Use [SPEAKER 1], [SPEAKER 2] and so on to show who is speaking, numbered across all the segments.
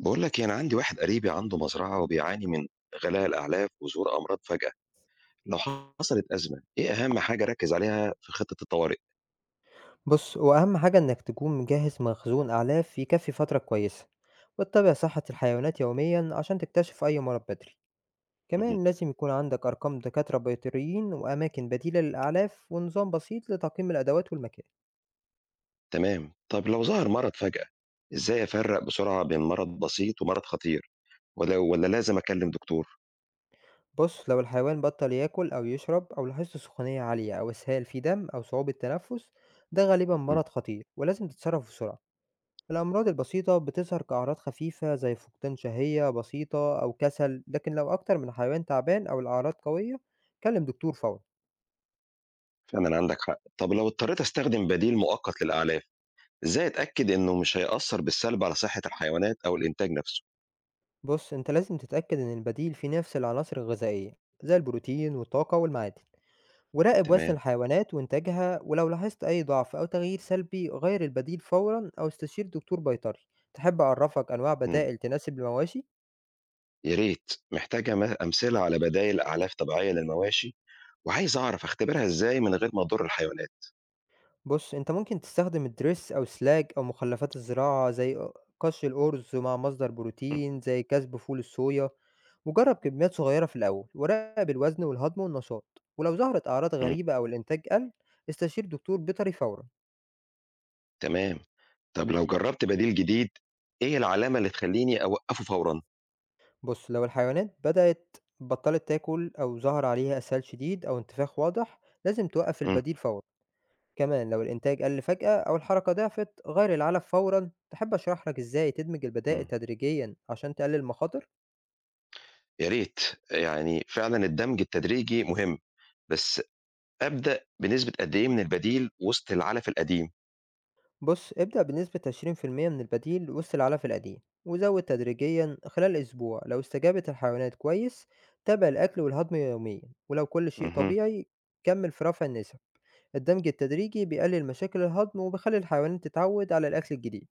[SPEAKER 1] بقول لك يعني عندي واحد قريبي عنده مزرعة وبيعاني من غلاء الأعلاف وظهور أمراض فجأة. لو حصلت أزمة إيه أهم حاجة أركز عليها في خطة الطوارئ؟
[SPEAKER 2] بُص، هو أهم حاجة إنك تكون مجهّز مخزون أعلاف يكفّي فترة كويسة، وتتابع صحة الحيوانات يوميًا عشان تكتشف أي مرض بدري،
[SPEAKER 1] مهم.
[SPEAKER 2] كمان لازم يكون عندك أرقام دكاترة بيطريين وأماكن بديلة للأعلاف ونظام بسيط لتقييم الأدوات والمكان.
[SPEAKER 1] تمام، طب لو ظهر مرض فجأة إزاي أفرق بسرعة بين مرض بسيط ومرض خطير ولا لازم أكلم دكتور؟
[SPEAKER 2] بُص، لو الحيوان بطّل ياكل أو يشرب أو لاحظت سخونية عالية أو إسهال في دم أو صعوبة تنفس، ده غالبًا
[SPEAKER 1] مهم.
[SPEAKER 2] مرض خطير ولازم تتصرف بسرعة. الأمراض البسيطة بتظهر كأعراض خفيفة زي فقدان شهية بسيطة أو كسل، لكن لو أكتر من حيوان تعبان أو الأعراض قوية كلم دكتور فورا.
[SPEAKER 1] فعلا عندك حق، طب لو اضطريت أستخدم بديل مؤقت للأعلاف إزاي أتأكد إنه مش هيأثر بالسلب على صحة الحيوانات أو الإنتاج نفسه؟
[SPEAKER 2] بص أنت لازم تتأكد إن البديل فيه نفس العناصر الغذائية زي البروتين والطاقة والمعادن، وراقب وزن
[SPEAKER 1] تمام.
[SPEAKER 2] الحيوانات وإنتاجها، ولو لاحظت أي ضعف أو تغيير سلبي غير البديل فورا أو استشير دكتور بيطري. تحب أعرفك أنواع
[SPEAKER 1] مم.
[SPEAKER 2] بدائل تناسب المواشي؟
[SPEAKER 1] يا ريت، محتاجة أمثلة على بدائل أعلاف طبيعية للمواشي وعايز أعرف أختبرها إزاي من غير ما أضُر الحيوانات؟
[SPEAKER 2] بُص، أنت ممكن تستخدم الدريس أو سلاج أو مخلفات الزراعة زي قش الأرز مع مصدر بروتين
[SPEAKER 1] إمم.
[SPEAKER 2] زي كسب فول الصويا، وجرب كميات صغيرة في الأول، وراقب الوزن والهضم والنشاط، ولو ظهرت أعراض
[SPEAKER 1] إمم.
[SPEAKER 2] غريبة أو الإنتاج قل استشير دكتور بيطري فورًا.
[SPEAKER 1] تمام. طب لو جرّبت بديل جديد، إيه العلامة اللي تخلّيني أوقّفه فورًا؟
[SPEAKER 2] بُص، لو الحيوانات بدأت بطلت تاكل أو ظهر عليها إسهال شديد أو انتفاخ واضح لازم توقف
[SPEAKER 1] إمم.
[SPEAKER 2] البديل فورًا، كمان لو الإنتاج قل فجأة أو الحركة ضعفت غير العلف فورًا. تحب أشرح لك إزاي تدمج البدائل
[SPEAKER 1] إمم.
[SPEAKER 2] تدريجيًا عشان تقلل المخاطر؟
[SPEAKER 1] يا ريت. يعني فعلًا الدمج التدريجي مهم، بس أبدأ بنسبة قد إيه من البديل وسط العلف القديم؟
[SPEAKER 2] بص ابدأ بنسبة 20% من البديل وسط العلف القديم، وزود تدريجيا خلال أسبوع لو استجابت الحيوانات كويس، تابع الأكل والهضم يوميا، ولو كل شيء
[SPEAKER 1] اهم.
[SPEAKER 2] طبيعي كمل في رفع النسب. الدمج التدريجي بيقلل مشاكل الهضم وبيخلي الحيوانات تتعود على الأكل الجديد.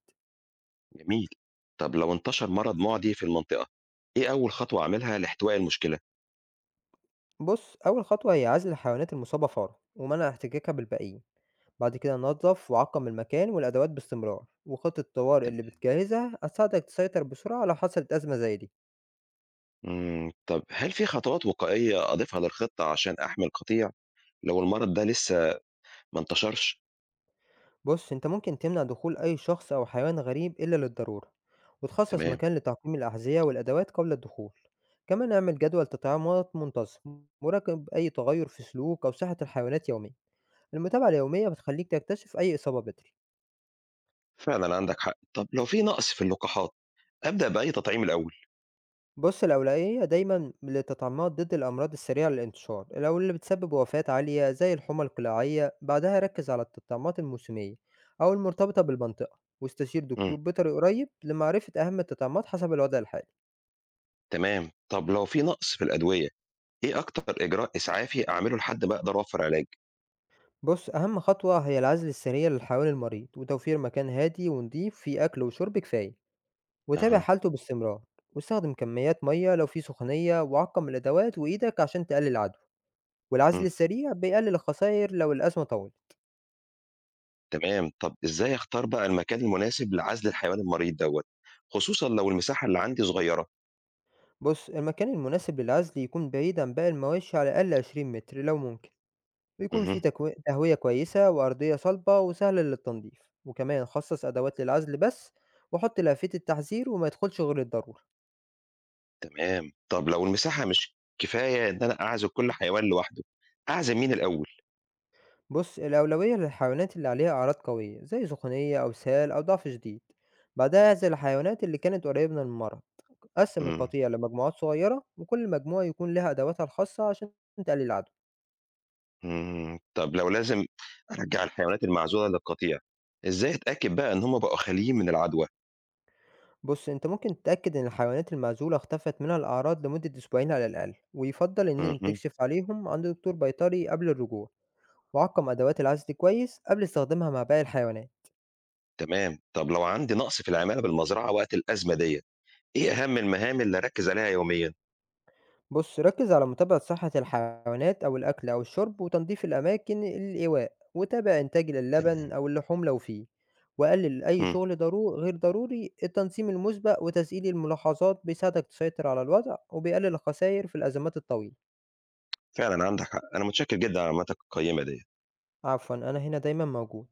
[SPEAKER 1] جميل. طب لو انتشر مرض مُعدي في المنطقة، إيه أول خطوة أعملها لاحتواء المشكلة؟
[SPEAKER 2] بص أول خطوة هي عزل الحيوانات المصابة فورا ومنع احتكاكها بالباقيين، بعد كده نظف وعقم المكان والأدوات باستمرار، وخطة الطوارئ اللي
[SPEAKER 1] تمام.
[SPEAKER 2] بتجهزها هتساعدك تسيطر بسرعة لو حصلت أزمة زي دي.
[SPEAKER 1] إمم. طب هل في خطوات وقائية أضيفها للخطة عشان أحمي القطيع لو المرض ده لسه ما انتشرش؟
[SPEAKER 2] بُص، أنت ممكن تمنع دخول أي شخص أو حيوان غريب إلا للضرورة، وتخصص
[SPEAKER 1] تمام،
[SPEAKER 2] مكان لتعقيم الأحذية والأدوات قبل الدخول، كمان اعمل جدول تطعيمات منتظم، وراقب أي تغير في سلوك أو صحة الحيوانات يوميًا، المتابعة اليومية بتخليك تكتشف أي إصابة بدري.
[SPEAKER 1] فعلًا عندك حق. طب لو في نقص في اللقاحات، أبدأ بأي تطعيم الأول؟
[SPEAKER 2] بُص الأولوية دايمًا للتطعيمات ضد الأمراض السريعة للانتشار، لو اللي بتسبب وفاات عالية زي الحمى القلاعية بعدها ركز على التطعيمات الموسمية أو المرتبطة بالمنطقة، واستشير
[SPEAKER 1] إمم.
[SPEAKER 2] دكتور بيطري قريب لمعرفة أهم التطعيمات حسب الوضع الحالي.
[SPEAKER 1] تمام. طب لو في نقص في الأدوية، إيه أكتر إجراء إسعافي أعمله لحد ما أقدر أوفّر علاج؟
[SPEAKER 2] بُص، أهم خطوة هي العزل السريع لحيوان المريض، وتوفير مكان هادي ونضيف فيه أكل وشرب كفاية، وتابع
[SPEAKER 1] أها.
[SPEAKER 2] حالته باستمرار، واستخدم كميات مَيّة لو في سخونية، وعقّم الأدوات وإيدك عشان تقلل العدوى، والعزل
[SPEAKER 1] إمم.
[SPEAKER 2] السريع بيقلل الخساير لو الأزمة طوِّلت.
[SPEAKER 1] تمام. طب إزاي أختار بقى المكان المناسب لعزل الحيوان المريض دوّة، خصوصًا لو المساحة اللي عندي صغيرة؟
[SPEAKER 2] بُص، المكان المناسب للعزل يكون بعيد عن باقي المواشي على الأقل 20 متر لو ممكن، ويكون فيه
[SPEAKER 1] اهم.
[SPEAKER 2] تهوية كويسة وأرضية صلبة وسهلة للتنضيف، وكمان خصص أدوات للعزل بس، وحط لافتة تحذير وما يدخلش غير الضروري.
[SPEAKER 1] طب لو المساحة مش كفاية إن أنا أعزل كل حيوان لوحده، أعزل مين الأول؟
[SPEAKER 2] بص الأولوية للحيوانات اللي عليها أعراض قوية زي سخونية أو سهال أو ضعف شديد، بعدها اعزل الحيوانات اللي كانت قريبة من المرض، قسم
[SPEAKER 1] إمم.
[SPEAKER 2] القطيع لمجموعات صغيرة وكل مجموعة يكون لها أدواتها الخاصة عشان تقلل العدوى.
[SPEAKER 1] إمم، طب لو لازم أرجّع الحيوانات المعزولة للقطيع، إزاي أتأكد بقى إن هم بقوا خاليين من العدوى؟
[SPEAKER 2] بص انت ممكن تتأكد ان الحيوانات المعزولة اختفت منها الأعراض لمدة أسبوعين على الأقل، ويفضل ان انت
[SPEAKER 1] اهم.
[SPEAKER 2] تكشف عليهم عند دكتور بيطري قبل الرجوع، وعقم أدوات العزل كويس قبل استخدامها مع باقي الحيوانات.
[SPEAKER 1] تمام، طب لو عندي نقص في العمالة بالمزرعة وقت الأزمة ديّة، إيه أهم المهام اللي أركّز عليها يوميًا؟
[SPEAKER 2] بُص، ركّز على متابعة صحة الحيوانات أو الأكل أو الشرب وتنضيف الأماكن الإيواء، وتابع إنتاج اللبن
[SPEAKER 1] تمام.
[SPEAKER 2] أو اللحوم لو فيه، وقلل أي
[SPEAKER 1] إمم،
[SPEAKER 2] شغل غير ضروري، التنظيم المسبق وتسجيل الملاحظات بيساعدك تسيطر على الوضع، وبيقلل الخساير في الأزمات الطويلة.
[SPEAKER 1] فعلًا عندك حق، أنا متشكر جدًا على معلوماتك القيّمة ديّة.
[SPEAKER 2] عفوًا، أنا هنا دايمًا موجود.